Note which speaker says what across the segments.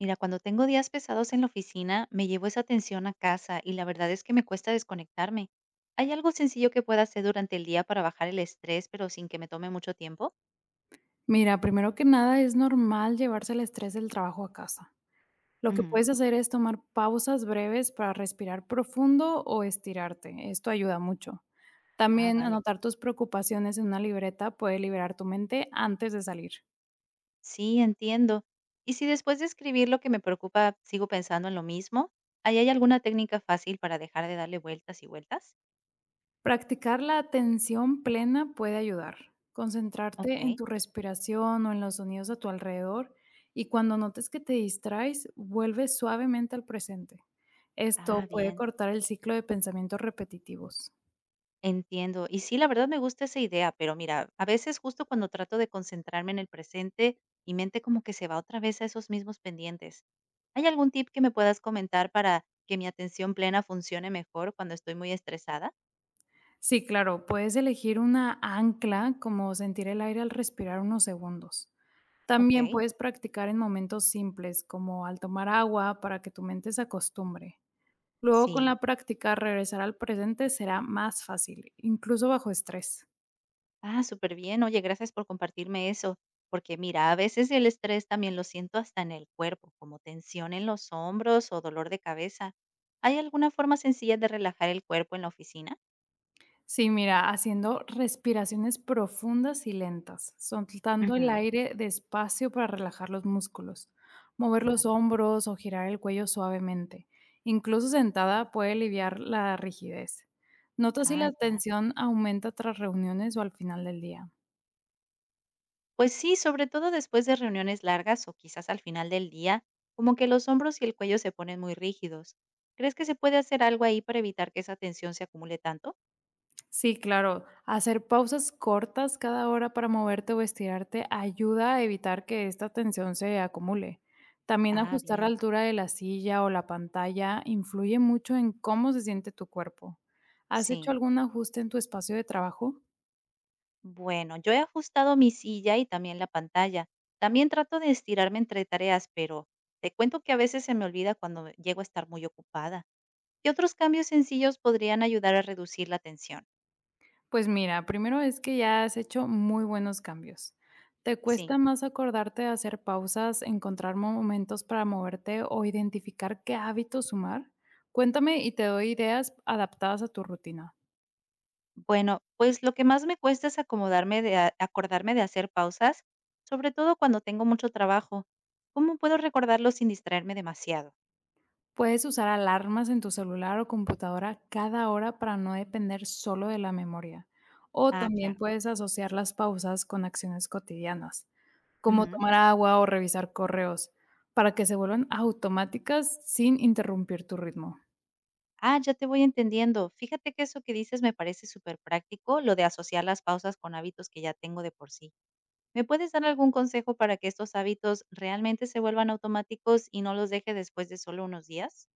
Speaker 1: Mira, cuando tengo días pesados en la oficina, me llevo esa tensión a casa y la verdad es que me cuesta desconectarme. ¿Hay algo sencillo que pueda hacer durante el día para bajar el estrés, pero sin que me tome mucho tiempo?
Speaker 2: Mira, primero que nada, es normal llevarse el estrés del trabajo a casa. Lo que
Speaker 1: Ujú.
Speaker 2: puedes hacer es tomar pausas breves para respirar profundo o estirarte. Esto ayuda mucho.
Speaker 1: Ah,
Speaker 2: También
Speaker 1: vale.
Speaker 2: anotar tus preocupaciones en una libreta puede liberar tu mente antes de salir.
Speaker 1: Sí, entiendo. ¿Y si después de escribir lo que me preocupa sigo pensando en lo mismo? ¿Ahí hay alguna técnica fácil para dejar de darle vueltas y vueltas?
Speaker 2: Practicar la atención plena puede ayudar. Concentrarte en
Speaker 1: Ok.
Speaker 2: tu respiración o en los sonidos a tu alrededor y cuando notes que te distraes, vuelve suavemente al presente. Esto
Speaker 1: Ah,
Speaker 2: puede
Speaker 1: bien.
Speaker 2: cortar el ciclo de pensamientos repetitivos.
Speaker 1: Entiendo. Y sí, la verdad me gusta esa idea, pero mira, a veces justo cuando trato de concentrarme en el presente, mi mente como que se va otra vez a esos mismos pendientes. ¿Hay algún tip que me puedas comentar para que mi atención plena funcione mejor cuando estoy muy estresada?
Speaker 2: Sí, claro, puedes elegir una ancla, como sentir el aire al respirar unos segundos.
Speaker 1: Ok,
Speaker 2: También puedes practicar en momentos simples, como al tomar agua, para que tu mente se acostumbre. Luego, con
Speaker 1: sí.
Speaker 2: la práctica, regresar al presente será más fácil, incluso bajo estrés.
Speaker 1: Ah, súper bien. Oye, gracias por compartirme eso, porque mira, a veces el estrés también lo siento hasta en el cuerpo, como tensión en los hombros o dolor de cabeza. ¿Hay alguna forma sencilla de relajar el cuerpo en la oficina?
Speaker 2: Sí, mira, haciendo respiraciones profundas y lentas, soltando el
Speaker 1: Ujú,
Speaker 2: aire despacio para relajar los músculos, mover los
Speaker 1: claro.
Speaker 2: hombros o girar el cuello suavemente. Incluso sentada puede aliviar la rigidez. Nota si
Speaker 1: Ah,
Speaker 2: la
Speaker 1: ya.
Speaker 2: tensión aumenta tras reuniones o al final del día.
Speaker 1: Pues sí, sobre todo después de reuniones largas o quizás al final del día, como que los hombros y el cuello se ponen muy rígidos. ¿Crees que se puede hacer algo ahí para evitar que esa tensión se acumule tanto?
Speaker 2: Sí, claro. Hacer pausas cortas cada hora para moverte o estirarte ayuda a evitar que esta tensión se acumule. También
Speaker 1: Ah,
Speaker 2: ajustar la
Speaker 1: bien,
Speaker 2: altura de la silla o la pantalla influye mucho en cómo se siente tu cuerpo. ¿Has hecho
Speaker 1: sí.
Speaker 2: algún ajuste en tu espacio de trabajo?
Speaker 1: Bueno, yo he ajustado mi silla y también la pantalla. También trato de estirarme entre tareas, pero te cuento que a veces se me olvida cuando llego a estar muy ocupada. ¿Qué otros cambios sencillos podrían ayudar a reducir la tensión?
Speaker 2: Pues mira, primero es que ya has hecho muy buenos cambios. ¿Te
Speaker 1: Sí.
Speaker 2: cuesta más acordarte de hacer pausas, encontrar momentos para moverte o identificar qué hábitos sumar? Cuéntame y te doy ideas adaptadas a tu rutina.
Speaker 1: Bueno, pues lo que más me cuesta es acomodarme acordarme de hacer pausas, sobre todo cuando tengo mucho trabajo. ¿Cómo puedo recordarlo sin distraerme demasiado?
Speaker 2: Puedes usar alarmas en tu celular o computadora cada hora para no depender solo de la memoria. O
Speaker 1: Ah,
Speaker 2: también
Speaker 1: claro.
Speaker 2: puedes asociar las pausas con acciones cotidianas, como
Speaker 1: Ujú.
Speaker 2: tomar agua o revisar correos, para que se vuelvan automáticas sin interrumpir tu ritmo.
Speaker 1: Ah, ya te voy entendiendo. Fíjate que eso que dices me parece súper práctico, lo de asociar las pausas con hábitos que ya tengo de por sí. ¿Me puedes dar algún consejo para que estos hábitos realmente se vuelvan automáticos y no los deje después de solo unos días?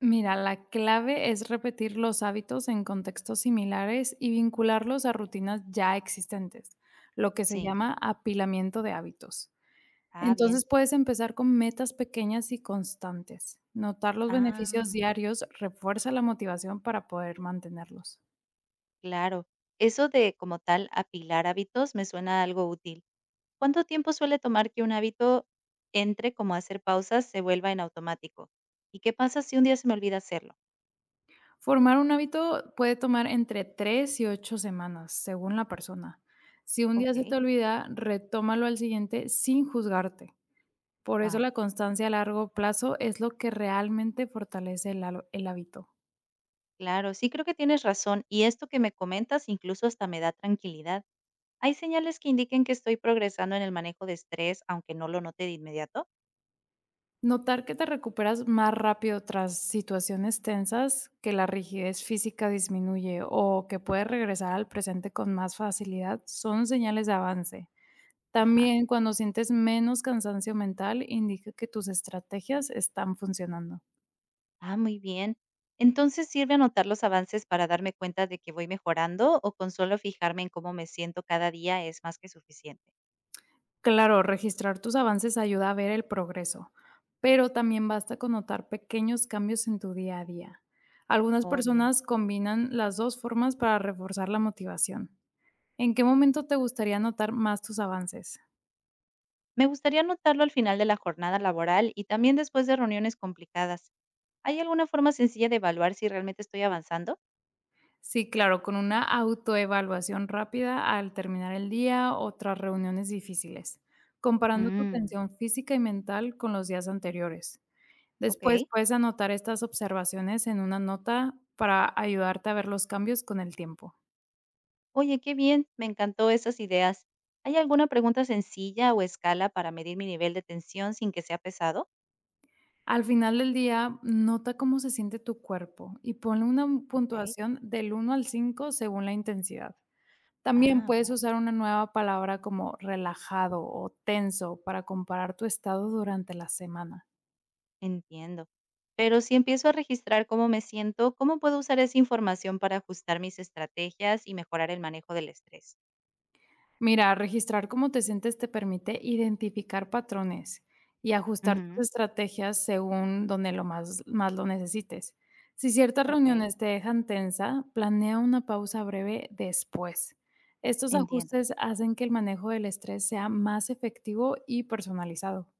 Speaker 2: Mira, la clave es repetir los hábitos en contextos similares y vincularlos a rutinas ya existentes, lo que se
Speaker 1: Sí.
Speaker 2: llama apilamiento de hábitos.
Speaker 1: Ah, bien.
Speaker 2: Entonces, puedes empezar con metas pequeñas y constantes. Notar los beneficios
Speaker 1: Ah.
Speaker 2: diarios refuerza la motivación para poder mantenerlos.
Speaker 1: Claro, eso de como tal apilar hábitos me suena algo útil. ¿Cuánto tiempo suele tomar que un hábito entre como a hacer pausas se vuelva en automático? ¿Y qué pasa si un día se me olvida hacerlo?
Speaker 2: Formar un hábito puede tomar entre 3 y 8 semanas, según la persona. Si un día
Speaker 1: Ok,
Speaker 2: se te olvida, retómalo al siguiente sin juzgarte. Por eso
Speaker 1: ah,
Speaker 2: la constancia a largo plazo es lo que realmente fortalece el hábito.
Speaker 1: claro, sí creo que tienes razón y esto que me comentas incluso hasta me da tranquilidad. ¿Hay señales que indiquen que estoy progresando en el manejo de estrés aunque no lo note de inmediato?
Speaker 2: Notar que te recuperas más rápido tras situaciones tensas, que la rigidez física disminuye o que puedes regresar al presente con más facilidad son señales de avance.
Speaker 1: Ajá.
Speaker 2: También cuando sientes menos cansancio mental indica que tus estrategias están funcionando.
Speaker 1: Ah, muy bien. Entonces, ¿sirve anotar los avances para darme cuenta de que voy mejorando o con solo fijarme en cómo me siento cada día es más que suficiente?
Speaker 2: Claro, registrar tus avances ayuda a ver el progreso, pero también basta con notar pequeños cambios en tu día a día. Algunas
Speaker 1: Oh, bien.
Speaker 2: personas combinan las dos formas para reforzar la motivación. ¿En qué momento te gustaría notar más tus avances?
Speaker 1: Me gustaría anotarlo al final de la jornada laboral y también después de reuniones complicadas. ¿Hay alguna forma sencilla de evaluar si realmente estoy avanzando?
Speaker 2: Sí, claro, con una autoevaluación rápida al terminar el día o tras reuniones difíciles, comparando tu
Speaker 1: Mm,
Speaker 2: tensión física y mental con los días anteriores.
Speaker 1: ok.
Speaker 2: Después puedes anotar estas observaciones en una nota para ayudarte a ver los cambios con el tiempo.
Speaker 1: Oye, qué bien, me encantó esas ideas. ¿Hay alguna pregunta sencilla o escala para medir mi nivel de tensión sin que sea pesado?
Speaker 2: Al final del día, nota cómo se siente tu cuerpo y ponle una
Speaker 1: Ok.
Speaker 2: puntuación del 1 al 5 según la intensidad. También
Speaker 1: Ah,
Speaker 2: puedes
Speaker 1: wow.
Speaker 2: usar una nueva palabra como relajado o tenso para comparar tu estado durante la semana.
Speaker 1: Entiendo. Pero si empiezo a registrar cómo me siento, ¿cómo puedo usar esa información para ajustar mis estrategias y mejorar el manejo del estrés?
Speaker 2: Mira, registrar cómo te sientes te permite identificar patrones y ajustar tus
Speaker 1: Ujú,
Speaker 2: estrategias según donde más lo necesites. Si ciertas
Speaker 1: ok.
Speaker 2: reuniones te dejan tensa, planea una pausa breve después. Estos
Speaker 1: Entiendo.
Speaker 2: ajustes hacen que el manejo del estrés sea más efectivo y personalizado.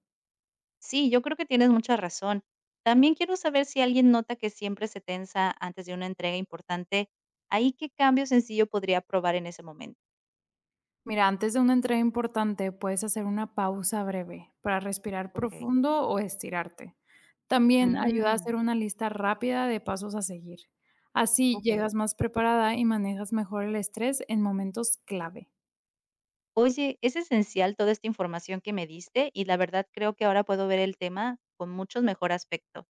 Speaker 1: Sí, yo creo que tienes mucha razón. También quiero saber si alguien nota que siempre se tensa antes de una entrega importante. ¿Ahí qué cambio sencillo podría probar en ese momento?
Speaker 2: Mira, antes de una entrega importante, puedes hacer una pausa breve para respirar
Speaker 1: Ok.
Speaker 2: profundo o estirarte. También ayuda a
Speaker 1: Mm,
Speaker 2: hacer una lista rápida de pasos a seguir. Así
Speaker 1: ok.
Speaker 2: llegas más preparada y manejas mejor el estrés en momentos clave.
Speaker 1: Oye, es esencial toda esta información que me diste y la verdad creo que ahora puedo ver el tema con muchos mejor aspecto.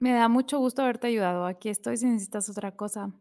Speaker 2: Me da mucho gusto haberte ayudado. Aquí estoy si necesitas otra cosa.